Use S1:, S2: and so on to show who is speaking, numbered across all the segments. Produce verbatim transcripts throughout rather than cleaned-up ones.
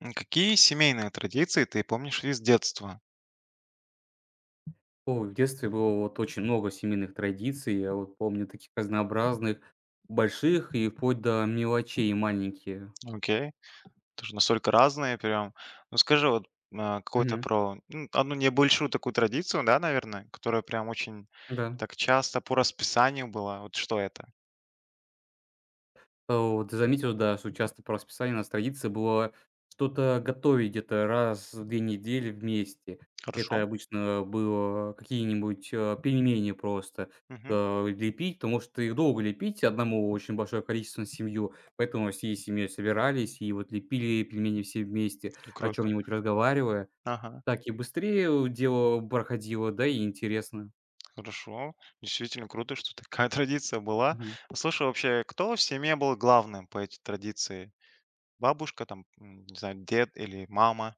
S1: М, Какие семейные традиции ты помнишь из детства?
S2: Ой, в детстве было вот очень много семейных традиций. Я вот помню таких разнообразных, больших и вплоть до мелочей маленькие.
S1: Окей. Тоже настолько разные прям. Ну скажи вот а, какую-то
S2: Мгм.
S1: про ну, одну небольшую такую традицию, да, наверное, которая прям очень
S2: Да.
S1: так часто по расписанию была. Вот что это?
S2: Э, вот ты заметил, да, что часто по расписанию у нас традиция была что-то готовить где-то раз в две недели вместе.
S1: Хорошо?
S2: Это обычно было какие-нибудь, э, пельмени просто,
S1: Мгм.
S2: э, лепить, потому что их долго лепить одному очень большое количество на семью, поэтому всей семьей собирались и вот лепили пельмени все вместе,
S1: Ну,
S2: о
S1: круто.
S2: чем-нибудь разговаривая.
S1: Ага,
S2: Так и быстрее, э, дело проходило, да и интересно.
S1: хорошо. Действительно круто, что такая традиция была. А слушай, вообще, кто в семье был главным по этой традиции? Бабушка, там, м, не знаю, дед или мама?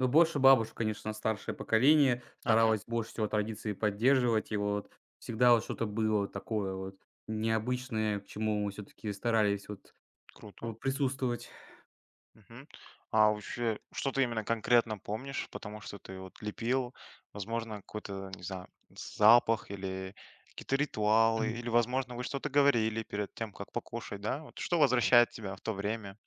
S2: Ну, больше бабушка, конечно, старшее поколение
S1: Ага,
S2: старалась больше всего традиции поддерживать, и вот всегда вот что-то было такое вот необычное, к чему мы все таки старались вот, э,
S1: круто.
S2: присутствовать.
S1: Мгм. А вообще, что ты именно конкретно помнишь, потому что ты вот лепил, возможно, какой-то, не знаю, запах или какие-то ритуалы,
S2: Мгм.
S1: или, возможно, вы что-то говорили перед тем, как покушать, да? Вот что возвращает тебя в то время?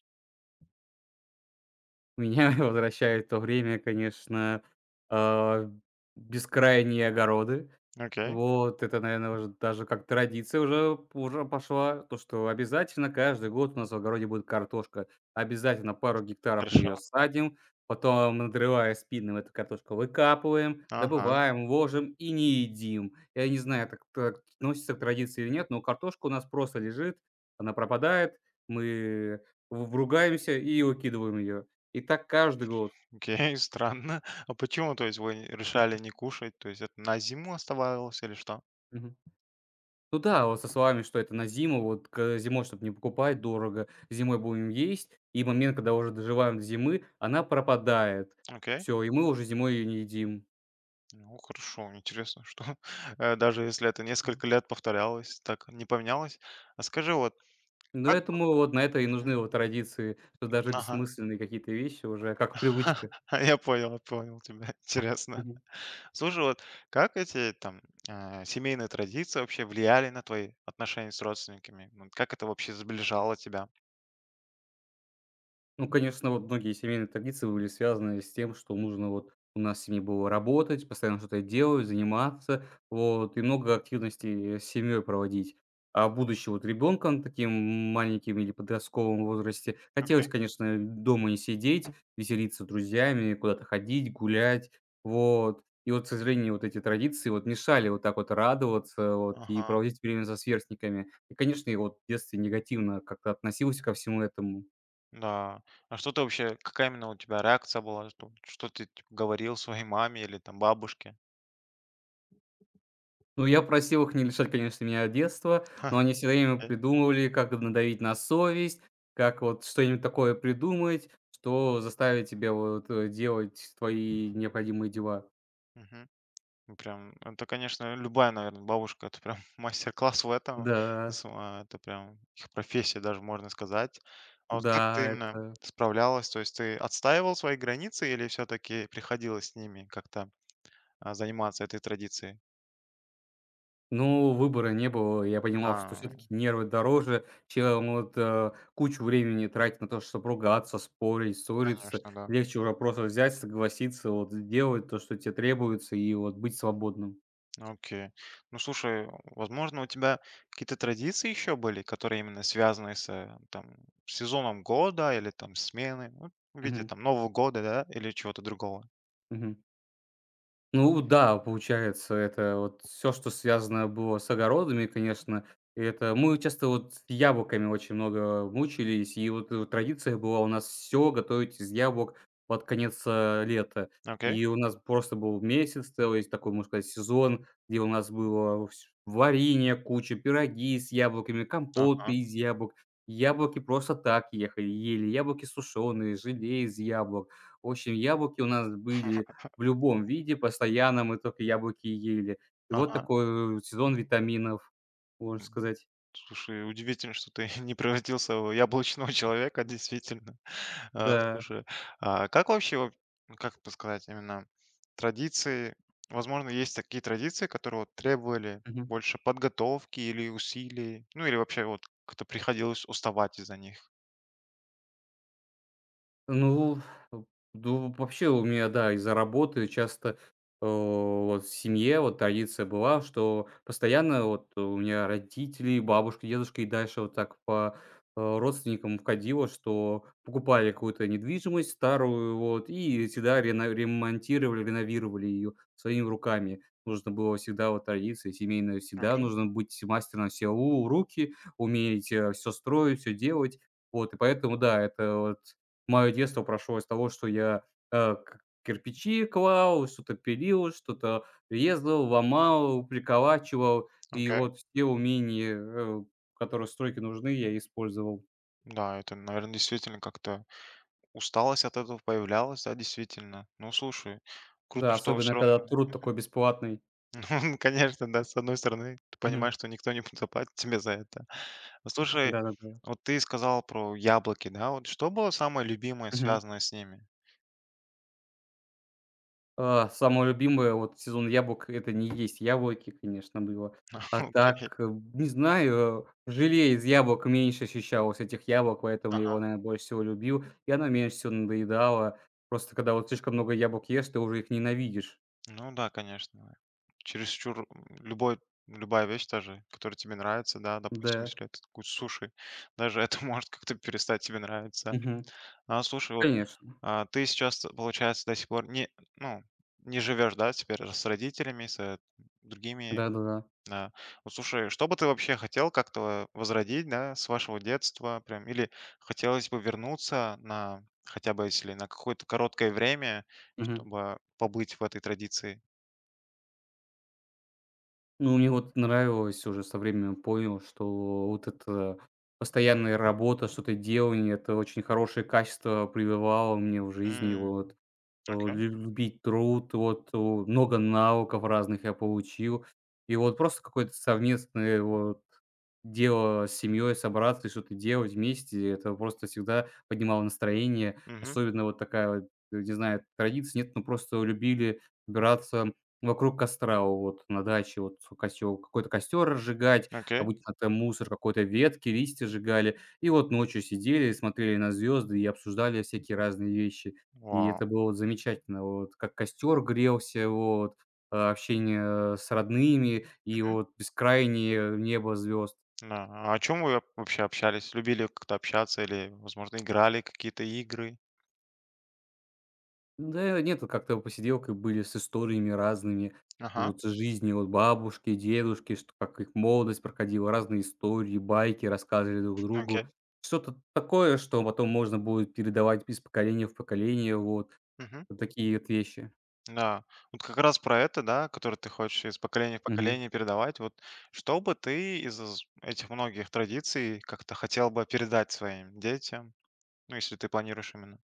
S2: Меня возвращает в то время, конечно, а, бескрайние огороды.
S1: Окей,
S2: Вот это, наверное, уже даже как традиция уже уже пошла, то, что обязательно каждый год у нас в огороде будет картошка. Обязательно пару гектаров мы
S1: хорошо.
S2: ее садим, потом, надрывая спины, мы эту картошку выкапываем,
S1: Ага,
S2: добываем, ложим и не едим. Я не знаю, так так относится к традиции или нет, но картошка у нас просто лежит, она пропадает, мы в ругаемся и выкидываем ее. И так каждый год.
S1: окей, странно. А почему, то есть, вы решали не кушать? То есть, это на зиму оставалось или что?
S2: Ну да, вот со словами, что это на зиму, вот к зимой, чтобы не покупать дорого, зимой будем есть, и момент, когда уже доживаем до зимы, она пропадает.
S1: Окей.
S2: Все, и мы уже зимой ее не едим.
S1: Ну, хорошо, интересно, что э, даже если это несколько лет повторялось, так не поменялось. А скажи, вот
S2: Но
S1: как...
S2: я думаю, вот на это и нужны вот традиции, что даже
S1: Ага.
S2: бессмысленные какие-то вещи уже как привычка.
S1: Я понял, понял тебя. Интересно. Слушай, вот как эти там а, семейные традиции вообще влияли на твои отношения с родственниками? Ну, как это вообще сближало тебя?
S2: Ну, конечно, вот многие семейные традиции были связаны с тем, что нужно вот у нас в семье было работать, постоянно что-то делать, заниматься, вот, и много активностей э, с семьей проводить. А будучи вот ребенком таким маленьким или подростковом возрасте,
S1: Окей.
S2: хотелось, конечно, дома не сидеть, веселиться с друзьями, куда-то ходить, гулять, вот. И вот, к сожалению, вот эти традиции вот мешали вот так вот радоваться вот, и
S1: Ага.
S2: проводить время со сверстниками. И, конечно, я вот в детстве негативно как-то относился ко всему этому.
S1: Да. А что ты вообще, какая именно у тебя реакция была? Что, что ты типа, говорил своей маме или там бабушке?
S2: Ну, я просил их не лишать, конечно, меня детства, но они все время
S1: Окей.
S2: придумывали, как надавить на совесть, как вот что-нибудь такое придумать, что заставит тебя вот, э, делать твои необходимые дела.
S1: Ну, прям, это, конечно, любая, наверное, бабушка, это прям мастер-класс в этом.
S2: Да,
S1: Сама это прям их профессия даже, можно сказать. А вот как ты
S2: да,
S1: именно
S2: это
S1: справлялась? То есть ты отстаивал свои границы или все-таки приходилось с ними как-то а, заниматься этой традицией?
S2: Ну, выбора не было. Я понимал, что все таки
S1: А,
S2: нервы дороже, чем вот, э, кучу времени тратить на то, чтобы ругаться, спорить, ссориться.
S1: конечно, да.
S2: Легче уже просто взять, согласиться, вот сделать то, что тебе требуется, и вот быть свободным.
S1: Окей. Ну, слушай, возможно, у тебя какие-то традиции еще были, которые именно связаны с э, там, сезоном года или там смены, ну, в виде
S2: Мгм,
S1: там Нового года, да, или чего-то другого.
S2: мгм. Ну да, получается, это вот все, что связано было с огородами, конечно. И это мы часто вот с яблоками очень много мучились, и вот, э, традиция была у нас все готовить из яблок под конец, э, лета.
S1: Окей?
S2: И у нас просто был месяц целый, такой, можно сказать, сезон, где у нас было вс варенье куча, пироги с яблоками, компоты
S1: Ага.
S2: из яблок. Яблоки просто так ехали ели, яблоки сушеные, желе из яблок. В общем, яблоки у нас были в любом виде, постоянно мы только яблоки ели. И вот
S1: Ага.
S2: такой э, сезон витаминов, можно
S1: М,
S2: сказать.
S1: слушай, удивительно, что ты не превратился в яблочного человека, действительно. А,
S2: Да.
S1: слушай, а как вообще, вот, ну, как это сказать, именно традиции, возможно, есть такие традиции, которые вот требовали
S2: Мгм.
S1: больше подготовки или усилий, ну или вообще вот как-то приходилось уставать из-за них?
S2: Ну, э, ду вообще у меня, да, из-за работы часто, э, вот в семье вот традиция была, что постоянно вот у меня родители, бабушка, дедушка и дальше вот так по, э, родственникам входило, что покупали какую-то недвижимость старую вот и всегда рено ремонтировали, реновировали ее своими руками. Нужно было всегда вот традиция семейная, всегда
S1: Окей,
S2: нужно быть мастером всеу руки, уметь, все строить, все делать. Вот и поэтому, да, это вот Мое детство прошло из того, что я, э, к кирпичи клал, что-то пилил, что-то резал, ломал, приколачивал. И
S1: окей.
S2: вот все умения, э, которые в стройке нужны, я использовал.
S1: Да, это, наверное, действительно как-то усталость от этого появлялась, да, действительно. Ну, слушай, круто,
S2: Да,
S1: что
S2: особенно
S1: все
S2: когда
S1: равно.
S2: труд такой бесплатный.
S1: Конечно, да, с одной стороны, ты понимаешь, что никто не заплатит тебе за это. Слушай,
S2: Да-да-да.
S1: вот ты сказал про яблоки, да? Вот что было самое любимое, связанное с ними?
S2: А, самое любимое, вот, в сезон яблок- это не есть яблоки, конечно, было. А
S1: Окей.
S2: так, э, не знаю, э, желе из яблок меньше ощущалось этих яблок, поэтому я его,
S1: Ага.
S2: наверное, больше всего любил, и оно меньше всего надоедало. Просто когда вот слишком много яблок ешь, ты уже их ненавидишь.
S1: Ну да, конечно. Чересчур м, любой, любая вещь даже, которая тебе нравится, да, допустим,
S2: Да.
S1: если это какой-то суши, даже это может как-то перестать тебе нравиться.
S2: Мгм.
S1: А слушай, вот
S2: Конечно.
S1: а, ты сейчас, получается, до сих пор не, ну, не живешь, да, теперь с родителями, с э, другими.
S2: Да-да-да.
S1: Да. Вот слушай, что бы ты вообще хотел как-то возродить, да, с вашего детства прям? Или хотелось бы вернуться на хотя бы если на какое-то короткое время,
S2: Мгм.
S1: чтобы побыть в этой традиции?
S2: Ну, мне вот нравилось, уже со временем понял, что вот эта постоянная работа, что-то делание- это очень хорошее качество прививало мне в жизни.
S1: М,
S2: Вот. э,
S1: окей.
S2: любить труд, вот, э, много навыков разных я получил. И вот просто какое-то совместное вот дело с семьей, собраться и что-то делать вместе, это просто всегда поднимало настроение.
S1: Мгм.
S2: Особенно вот такая вот, э, не знаю, традиция нет, но просто любили собираться вокруг костра вот на даче, вот костёр, какой-то костер разжигать,
S1: Окей.
S2: обычно там мусор какой-то, ветки, листья сжигали. И вот ночью сидели, смотрели на звезды и обсуждали всякие разные вещи. И
S1: Вау.
S2: это было вот замечательно. Вот как костер грелся, вот, а, общение с родными и
S1: Мгм.
S2: вот бескрайнее небо звезд.
S1: Да. А о чем вы вообще общались? Любили как-то общаться или, возможно, играли какие-то игры?
S2: Ну да нет, вот как-то посиделки были с историями разными,
S1: Ага.
S2: вот с жизни вот бабушки, дедушки, что как их молодость проходила, разные истории, байки рассказывали друг
S1: Окей.
S2: другу. Что-то такое, что потом можно будет передавать из поколения в поколение, вот,
S1: Мгм.
S2: вот такие вот вещи.
S1: Да, вот как раз про это, да, который ты хочешь из поколения в поколение передавать. Вот что бы ты из из этих многих традиций как-то хотел бы передать своим детям? Ну, если ты планируешь именно.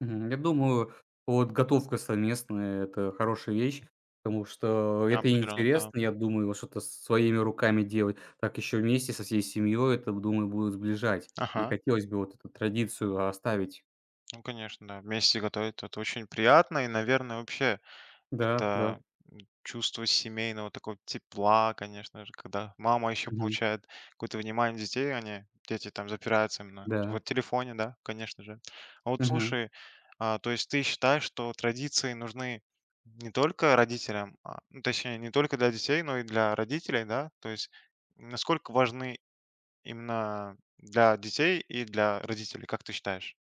S2: Мгм. Я думаю, вот готовка совместная- это хорошая вещь, потому что
S1: Да,
S2: это
S1: определенно, да.
S2: интересно, я думаю, вот что-то своими руками делать, так еще вместе со всей семьей, это, думаю, будет сближать. И
S1: Ага.
S2: хотелось бы вот эту традицию оставить.
S1: Ну, конечно, да. Вместе готовить это очень приятно и, наверное, вообще
S2: Да, да.
S1: как-то, м, чувство семейного такого тепла, конечно же, когда мама еще
S2: Мгм.
S1: получает какое-то внимание детей, они дети там запираются именно в
S2: Да.
S1: вот телефоне, да, конечно же. А вот
S2: Мгм.
S1: слушай, а, то есть ты считаешь, что традиции нужны не только родителям, а, ну, точнее, не только для детей, но и для родителей, да? То есть насколько важны именно для детей и для родителей, как ты считаешь?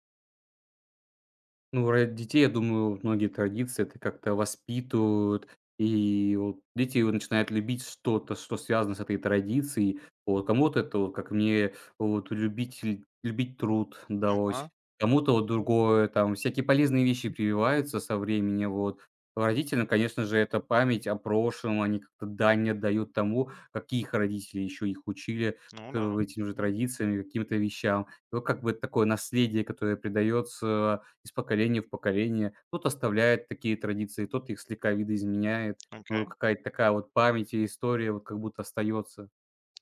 S2: Ну, ради детей, я думаю, вот многие традиции это как-то воспитывают, и вот дети вот начинают любить что-то, что связано с этой традицией. Вот кому-то это, вот как мне, вот любить ль любить труд далось,
S1: Ага,
S2: кому-то вот другое, там всякие полезные вещи прививаются со временем, вот. Родителям, конечно же, это память о прошлом, они как-то дань отдают тому, какие их родители еще их учили
S1: ну
S2: к
S1: да.
S2: этим же
S1: М,
S2: традициям и каким-то вещам. И вот как бы такое наследие, которое передается из поколения в поколение. Кто-то оставляет такие традиции, тот их слегка видоизменяет. Ну, вот
S1: окей.
S2: какая-то такая вот память и история вот как будто остается.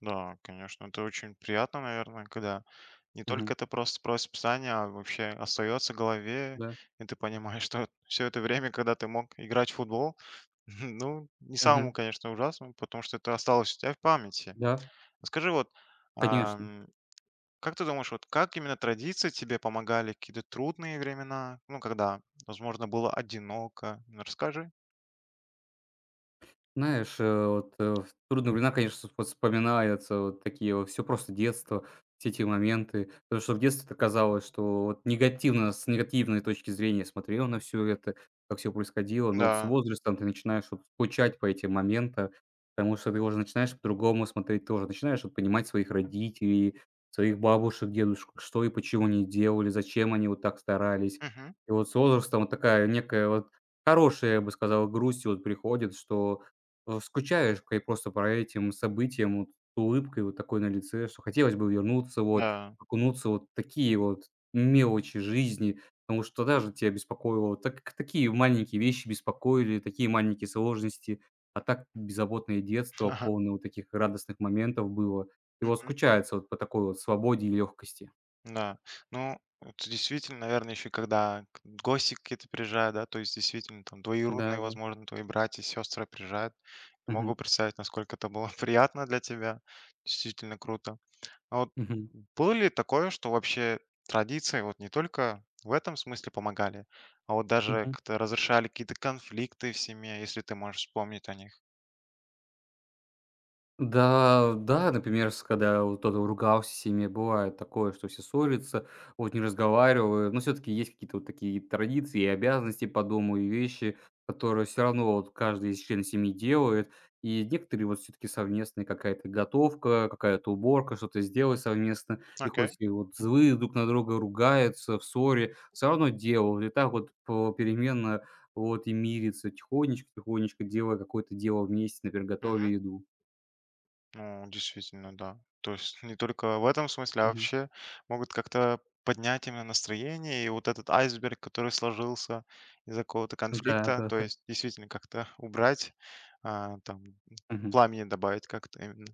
S1: Да, конечно, это очень приятно, наверное, когда не
S2: Мгм.
S1: только ты просто просишь писание, а вообще остается в голове,
S2: Да.
S1: и ты понимаешь, что все это время, когда ты мог играть в футбол, ну, не самому,
S2: Мгм.
S1: конечно, ужасному, потому что это осталось у тебя в памяти.
S2: Да,
S1: А скажи, вот,
S2: конечно.
S1: ам, как ты думаешь, вот как именно традиции тебе помогали в какие-то трудные времена, ну, когда, возможно, было одиноко? Ну, расскажи.
S2: Знаешь, э, вот, э, в трудные времена, конечно, вспо вспоминаются вот такие вот все просто детство, все эти моменты. Потому что в детстве-то казалось, что вот негативно, с негативной точки зрения смотрел на все это, как все происходило. Но вот с
S1: Да.
S2: возрастом ты начинаешь вот скучать по этим моментам, потому что ты уже начинаешь по-другому смотреть тоже. Начинаешь вот понимать своих родителей, своих бабушек, дедушек, что и почему они делали, зачем они вот так старались.
S1: Мгм.
S2: И вот с возрастом вот такая некая вот хорошая, я бы сказал, грусть вот приходит, что э, скучаешь кай просто по этим событиям, вот с улыбкой вот такой на лице, что хотелось бы вернуться, вот,
S1: Да.
S2: окунуться вот в такие вот мелочи жизни, потому что даже тебя беспокоило, так такие маленькие вещи беспокоили, такие маленькие сложности, а так беззаботное детство, полное вот таких радостных моментов было. И вот скучается вот по такой вот свободе и легкости.
S1: Да, ну, это действительно, наверное, еще когда к- гости какие-то приезжают, да, то есть действительно там двоюродные,
S2: Да, да.
S1: возможно, твои братья, сестры приезжают. Я
S2: Мгм.
S1: могу представить, насколько это было приятно для тебя. Действительно круто. А вот
S2: Мгм.
S1: было ли такое, что вообще традиции вот не только в этом смысле помогали, а вот даже
S2: Мгм.
S1: как-то разрешали какие-то конфликты в семье, если ты можешь вспомнить о них?
S2: Да, да, например, с когда вот кто-то ругался с семьей, бывает такое, что все ссорятся, вот не разговаривают, но все-таки есть какие-то вот такие традиции и обязанности по дому, и вещи, которые все равно вот каждый из членов семьи делает, и некоторые вот все-таки совместные, какая-то готовка, какая-то уборка, что-то сделать совместно, и
S1: Окей.
S2: хоть и вот злые друг на друга ругаются в ссоре, все равно делают, и так вот попеременно вот и мирятся тихонечко-тихонечко, делая какое-то дело вместе, например, готовя еду.
S1: Ну, действительно, да. То есть не только в этом смысле, а
S2: Мгм.
S1: вообще могут как-то поднять именно настроение и вот этот айсберг, который сложился из-за какого-то
S2: Да,
S1: конфликта,
S2: да,
S1: то
S2: да.
S1: есть действительно как-то убрать, а, там
S2: Мгм,
S1: пламени добавить как-то именно.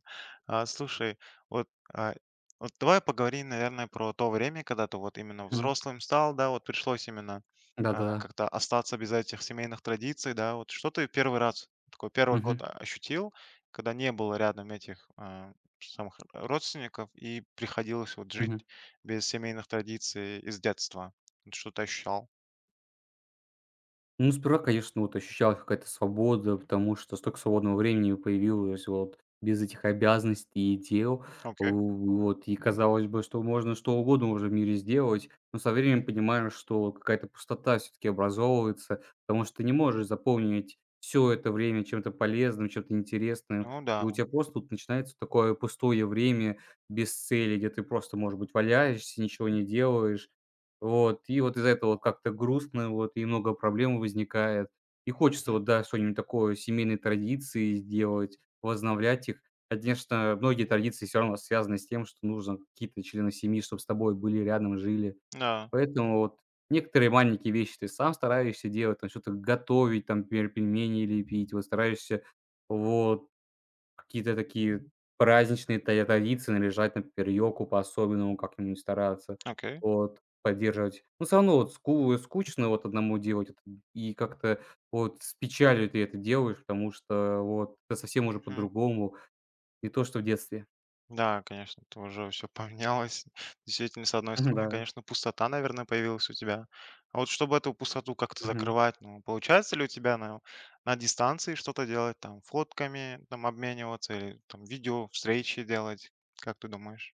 S1: А, слушай, вот, а, вот давай поговорим, наверное, про то время, когда ты вот именно
S2: мгм.
S1: взрослым стал, да, вот пришлось именно а,
S2: Да-да-да.
S1: как-то остаться без этих семейных традиций, да, вот что ты первый раз, такой первый год
S2: Мгм,
S1: а, ощутил, когда не было рядом этих а, самых родственников, и приходилось вот
S2: мгм.
S1: жить без семейных традиций из детства. Вот что ты ощущал?
S2: Ну, сперва, конечно, вот ощущалась какая-то свобода, потому что столько свободного времени появилось вот без этих обязанностей и дел. В-
S1: Окей.
S2: Вот, и казалось бы, что можно что угодно уже в мире сделать, но со временем понимаешь, что вот какая-то пустота все-таки образовывается, потому что ты не можешь заполнить все это время чем-то полезным, чем-то интересным,
S1: Ну
S2: и у
S1: да.
S2: тебя просто тут начинается такое пустое время без цели, где ты просто, может быть, валяешься, ничего не делаешь, вот, и вот из-за этого вот как-то грустно, вот, и много проблем возникает. И хочется
S1: Мгм.
S2: вот, да, что-нибудь такое, семейные традиции сделать, возобновлять их. Конечно, многие традиции все равно связаны с тем, что нужно какие-то члены семьи, чтобы с тобой были рядом, жили.
S1: Да.
S2: Поэтому вот некоторые маленькие вещи ты сам стараешься делать, там что-то готовить, там, например, пельмени лепить, вот стараешься, вот, Какие-то такие праздничные та традиции, наряжать, например, елку по-особенному как-нибудь стараться,
S1: Окей.
S2: вот, поддерживать. Но всё равно вот ску э, скучно вот одному делать это, и как-то вот с печалью ты это делаешь, потому что вот это совсем уже
S1: Мгм.
S2: по-другому, не то, что в детстве.
S1: Да, конечно, это уже все поменялось. Действительно, с одной
S2: Мгм,
S1: стороны,
S2: да.
S1: конечно, пустота, наверное, появилась у тебя. А вот чтобы эту пустоту как-то
S2: Мгм.
S1: закрывать, ну, получается ли у тебя на, на, дистанции что-то делать, там, фотками, там, обмениваться или там видео встречи делать? Как ты думаешь?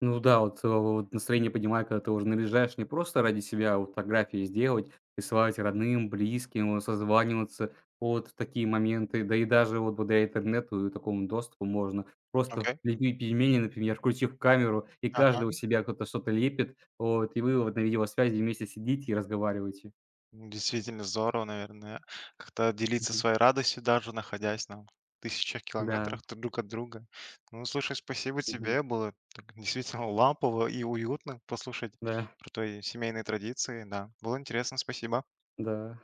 S2: Ну да, вот, э, вот настроение поднимает, когда ты уже наряжаешь не просто ради себя а вот фотографии сделать, присылать родным, близким, вот созваниваться. Вот в такие моменты. Да и даже вот благодаря интернету и такому доступу можно просто
S1: Окей.
S2: лепить пельмени, например, включив камеру, и
S1: Ага.
S2: каждый у себя кто-то что-то лепит. Вот, и вы вот на видеосвязи вместе сидите и разговариваете.
S1: Действительно здорово, наверное, как-то делиться
S2: Мгм.
S1: своей радостью, даже находясь на тысячах
S2: Да.
S1: километрах т друг от друга. Ну, слушай, спасибо
S2: Мгм.
S1: тебе. Было так действительно лампово и уютно послушать
S2: Да.
S1: про твои семейные традиции. Да, было интересно. Спасибо.
S2: Да.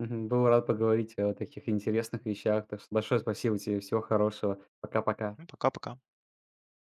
S2: Мгм. Был рад поговорить о таких интересных вещах. Так что большое спасибо тебе. Всего хорошего. Пока-пока.
S1: Ну, пока-пока.